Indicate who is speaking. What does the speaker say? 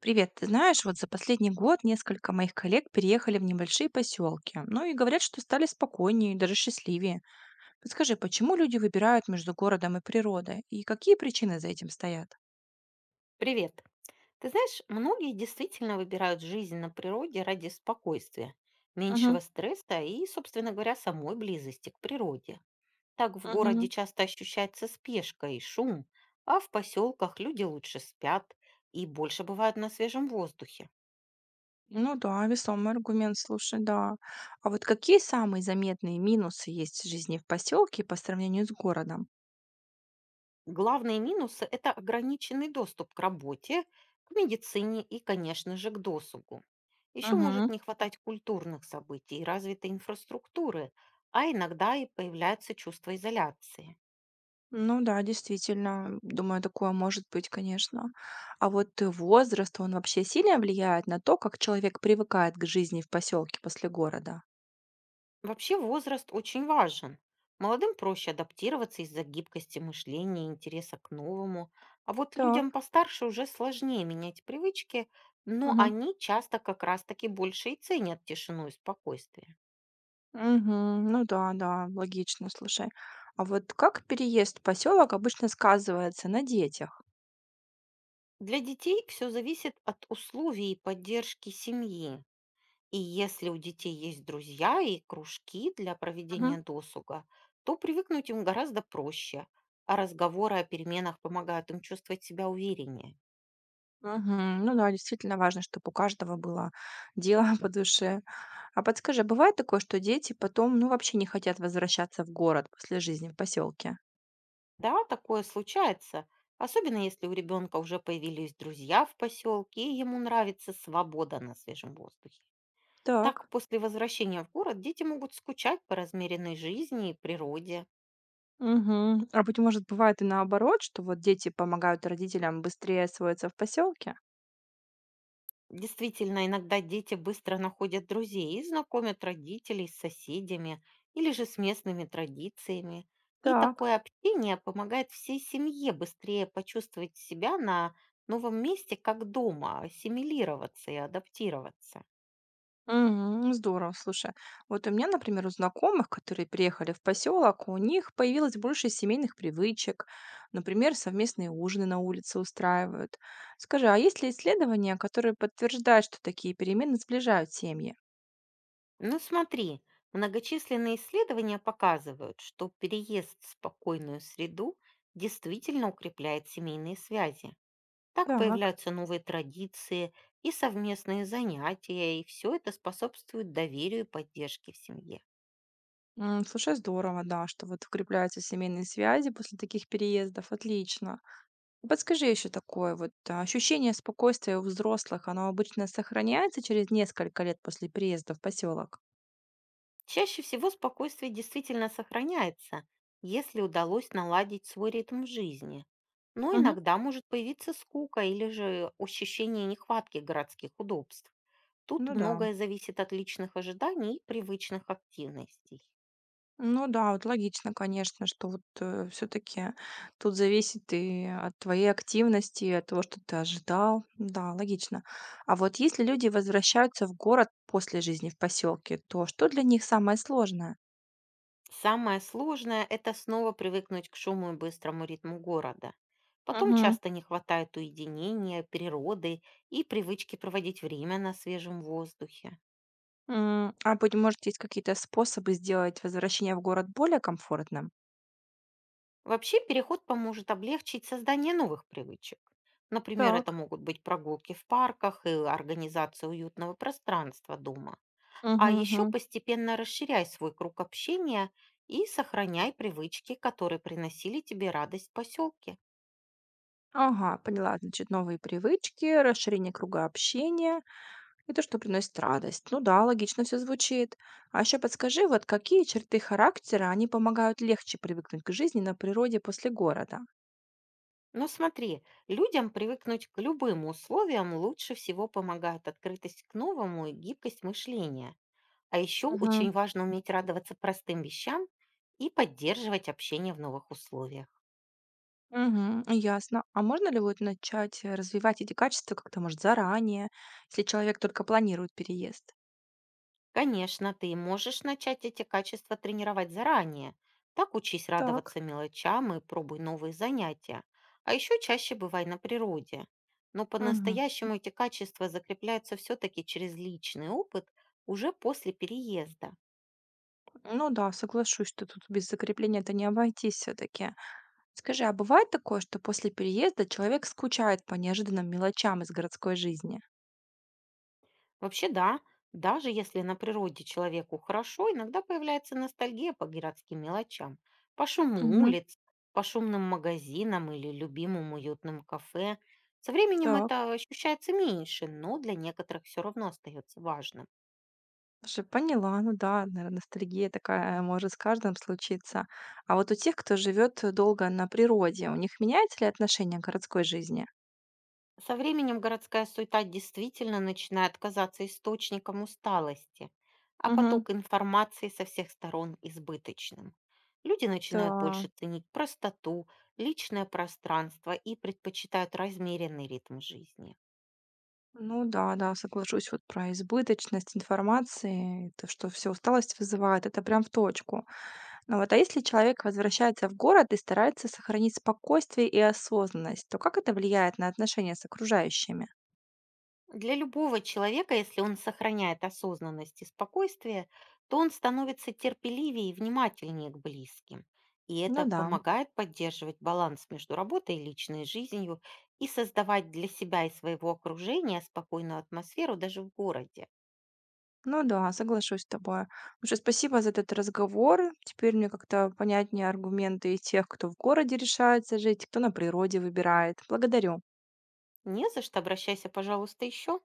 Speaker 1: Привет, ты знаешь, вот за последний год несколько моих коллег переехали в небольшие поселки, ну и говорят, что стали спокойнее и даже счастливее. Подскажи, почему люди выбирают между городом и природой, и какие причины за этим стоят?
Speaker 2: Привет. Ты знаешь, многие действительно выбирают жизнь на природе ради спокойствия,
Speaker 1: Мгм,
Speaker 2: меньшего стресса и, собственно говоря, самой близости к природе. Так в городе
Speaker 1: мгм.
Speaker 2: часто ощущается спешка и шум, а в поселках люди лучше спят и больше бывают на свежем воздухе.
Speaker 1: Ну да, весомый аргумент, слушай, да. А вот какие самые заметные минусы есть в жизни в поселке по сравнению с городом?
Speaker 2: Главные минусы– это ограниченный доступ к работе, к медицине и, конечно же, к досугу. Еще может
Speaker 1: Мгм.
Speaker 2: не хватать культурных событий и развитой инфраструктуры, а иногда и появляется чувство изоляции.
Speaker 1: Ну да, действительно, думаю, такое может быть, конечно. А вот возраст, он вообще сильно влияет на то, как человек привыкает к жизни в поселке после города?
Speaker 2: Вообще возраст очень важен. Молодым проще адаптироваться из-за гибкости мышления и интереса к новому, а вот
Speaker 1: Так,
Speaker 2: людям постарше уже сложнее менять привычки, но
Speaker 1: мгм.
Speaker 2: они часто как раз-таки больше и ценят тишину и спокойствие.
Speaker 1: Мгм. Ну да, да, логично, слушай. А вот как переезд в поселок обычно сказывается на детях?
Speaker 2: Для детей все зависит от условий и поддержки семьи. И если у детей есть друзья и кружки для
Speaker 1: Мгм.
Speaker 2: проведения досуга, то привыкнуть им гораздо проще, а разговоры о переменах помогают им чувствовать себя увереннее.
Speaker 1: Мгм. Ну да, действительно важно, чтобы у каждого было дело по душе. А подскажи, а бывает такое, что дети потом, ну, вообще не хотят возвращаться в город после жизни в поселке?
Speaker 2: Да, такое случается, особенно если у ребенка уже появились друзья в поселке, и ему нравится свобода на свежем воздухе. Так,
Speaker 1: Так.
Speaker 2: после возвращения в город дети могут скучать по размеренной жизни и природе.
Speaker 1: Мгм. А быть может, бывает и наоборот, что вот дети помогают родителям быстрее освоиться в поселке?
Speaker 2: Действительно, иногда дети быстро находят друзей и знакомят родителей с соседями или же с местными традициями. И
Speaker 1: Так,
Speaker 2: такое общение помогает всей семье быстрее почувствовать себя на новом месте как дома, ассимилироваться и адаптироваться.
Speaker 1: мгм. Здорово, слушай. Вот у меня, например, у знакомых, которые приехали в поселок, у них появилось больше семейных привычек. Например, совместные ужины на улице устраивают. Скажи, а есть ли исследования, которые подтверждают, что такие перемены сближают семьи?
Speaker 2: Ну смотри, многочисленные исследования показывают, что переезд в спокойную среду действительно укрепляет семейные связи. Так
Speaker 1: Так.
Speaker 2: появляются новые традиции и совместные занятия, и все это способствует доверию и поддержке в семье.
Speaker 1: М, слушай, здорово, да, что вот укрепляются семейные связи после таких переездов. Отлично. Подскажи еще такое вот, а, ощущение спокойствия у взрослых, оно обычно сохраняется через несколько лет после переезда в поселок?
Speaker 2: Чаще всего спокойствие действительно сохраняется, если удалось наладить свой ритм жизни. Но
Speaker 1: Мгм.
Speaker 2: иногда может появиться скука или же ощущение нехватки городских удобств. Тут
Speaker 1: Ну да.
Speaker 2: многое зависит от личных ожиданий и привычных активностей.
Speaker 1: Ну да, вот логично, конечно, что вот все-таки тут зависит и от твоей активности, и от того, что ты ожидал. Да, логично. А вот если люди возвращаются в город после жизни в поселке, то что для них самое сложное?
Speaker 2: Самое сложное– это снова привыкнуть к шуму и быстрому ритму города. Потом
Speaker 1: Мгм.
Speaker 2: часто не хватает уединения, природы и привычки проводить время на свежем воздухе.
Speaker 1: М, а быть может, есть какие-то способы сделать возвращение в город более комфортным?
Speaker 2: Вообще переход поможет облегчить создание новых привычек. Например,
Speaker 1: Так.
Speaker 2: это могут быть прогулки в парках и организация уютного пространства дома. А
Speaker 1: Мгм,
Speaker 2: еще
Speaker 1: мгм.
Speaker 2: постепенно расширяй свой круг общения и сохраняй привычки, которые приносили тебе радость в поселке.
Speaker 1: Ага, поняла. Значит, новые привычки, расширение круга общения и то, что приносит радость. Ну да, логично все звучит. А еще подскажи, вот какие черты характера, они помогают легче привыкнуть к жизни на природе после города?
Speaker 2: Но смотри, людям привыкнуть к любым условиям лучше всего помогает открытость к новому и гибкость мышления. А еще
Speaker 1: Мгм.
Speaker 2: очень важно уметь радоваться простым вещам и поддерживать общение в новых условиях.
Speaker 1: Угу, ясно. А можно ли вот начать развивать эти качества как-то, может, заранее, если человек только планирует переезд?
Speaker 2: Конечно, ты можешь начать эти качества тренировать заранее. Так учись
Speaker 1: Так.
Speaker 2: радоваться мелочам и пробуй новые занятия. А еще чаще бывай на природе. Но
Speaker 1: Мгм.
Speaker 2: по-настоящему эти качества закрепляются все-таки через личный опыт уже после переезда.
Speaker 1: Ну да, соглашусь, что тут без закрепления это не обойтись все-таки. Скажи, а бывает такое, что после переезда человек скучает по неожиданным мелочам из городской жизни?
Speaker 2: Вообще, да, даже если на природе человеку хорошо, иногда появляется ностальгия по городским мелочам, по шуму
Speaker 1: Мгм.
Speaker 2: улиц, по шумным магазинам или любимым уютным кафе. Со временем
Speaker 1: Так,
Speaker 2: это ощущается меньше, но для некоторых все равно остается важным.
Speaker 1: уже поняла. Ну да, наверное, ностальгия такая может с каждым случиться. А вот у тех, кто живет долго на природе, у них меняется ли отношение к городской жизни?
Speaker 2: Со временем городская суета действительно начинает казаться источником усталости, а
Speaker 1: Мгм.
Speaker 2: поток информации со всех сторон избыточным. Люди начинают
Speaker 1: Да,
Speaker 2: больше ценить простоту, личное пространство и предпочитают размеренный ритм жизни.
Speaker 1: ну да, да, соглашусь вот про избыточность информации, то, что все усталость вызывает, это прям в точку. Ну вот, а если человек возвращается в город и старается сохранить спокойствие и осознанность, то как это влияет на отношения с окружающими?
Speaker 2: Для любого человека, если он сохраняет осознанность и спокойствие, то он становится терпеливее и внимательнее к близким. И
Speaker 1: Ну
Speaker 2: это
Speaker 1: да,
Speaker 2: помогает поддерживать баланс между работой и личной жизнью и создавать для себя и своего окружения спокойную атмосферу даже в городе.
Speaker 1: ну да, соглашусь с тобой. Слушай, спасибо за этот разговор. Теперь мне как-то понятнее аргументы и тех, кто в городе решается жить, кто на природе выбирает. Благодарю.
Speaker 2: Не за что, обращайся, пожалуйста, еще.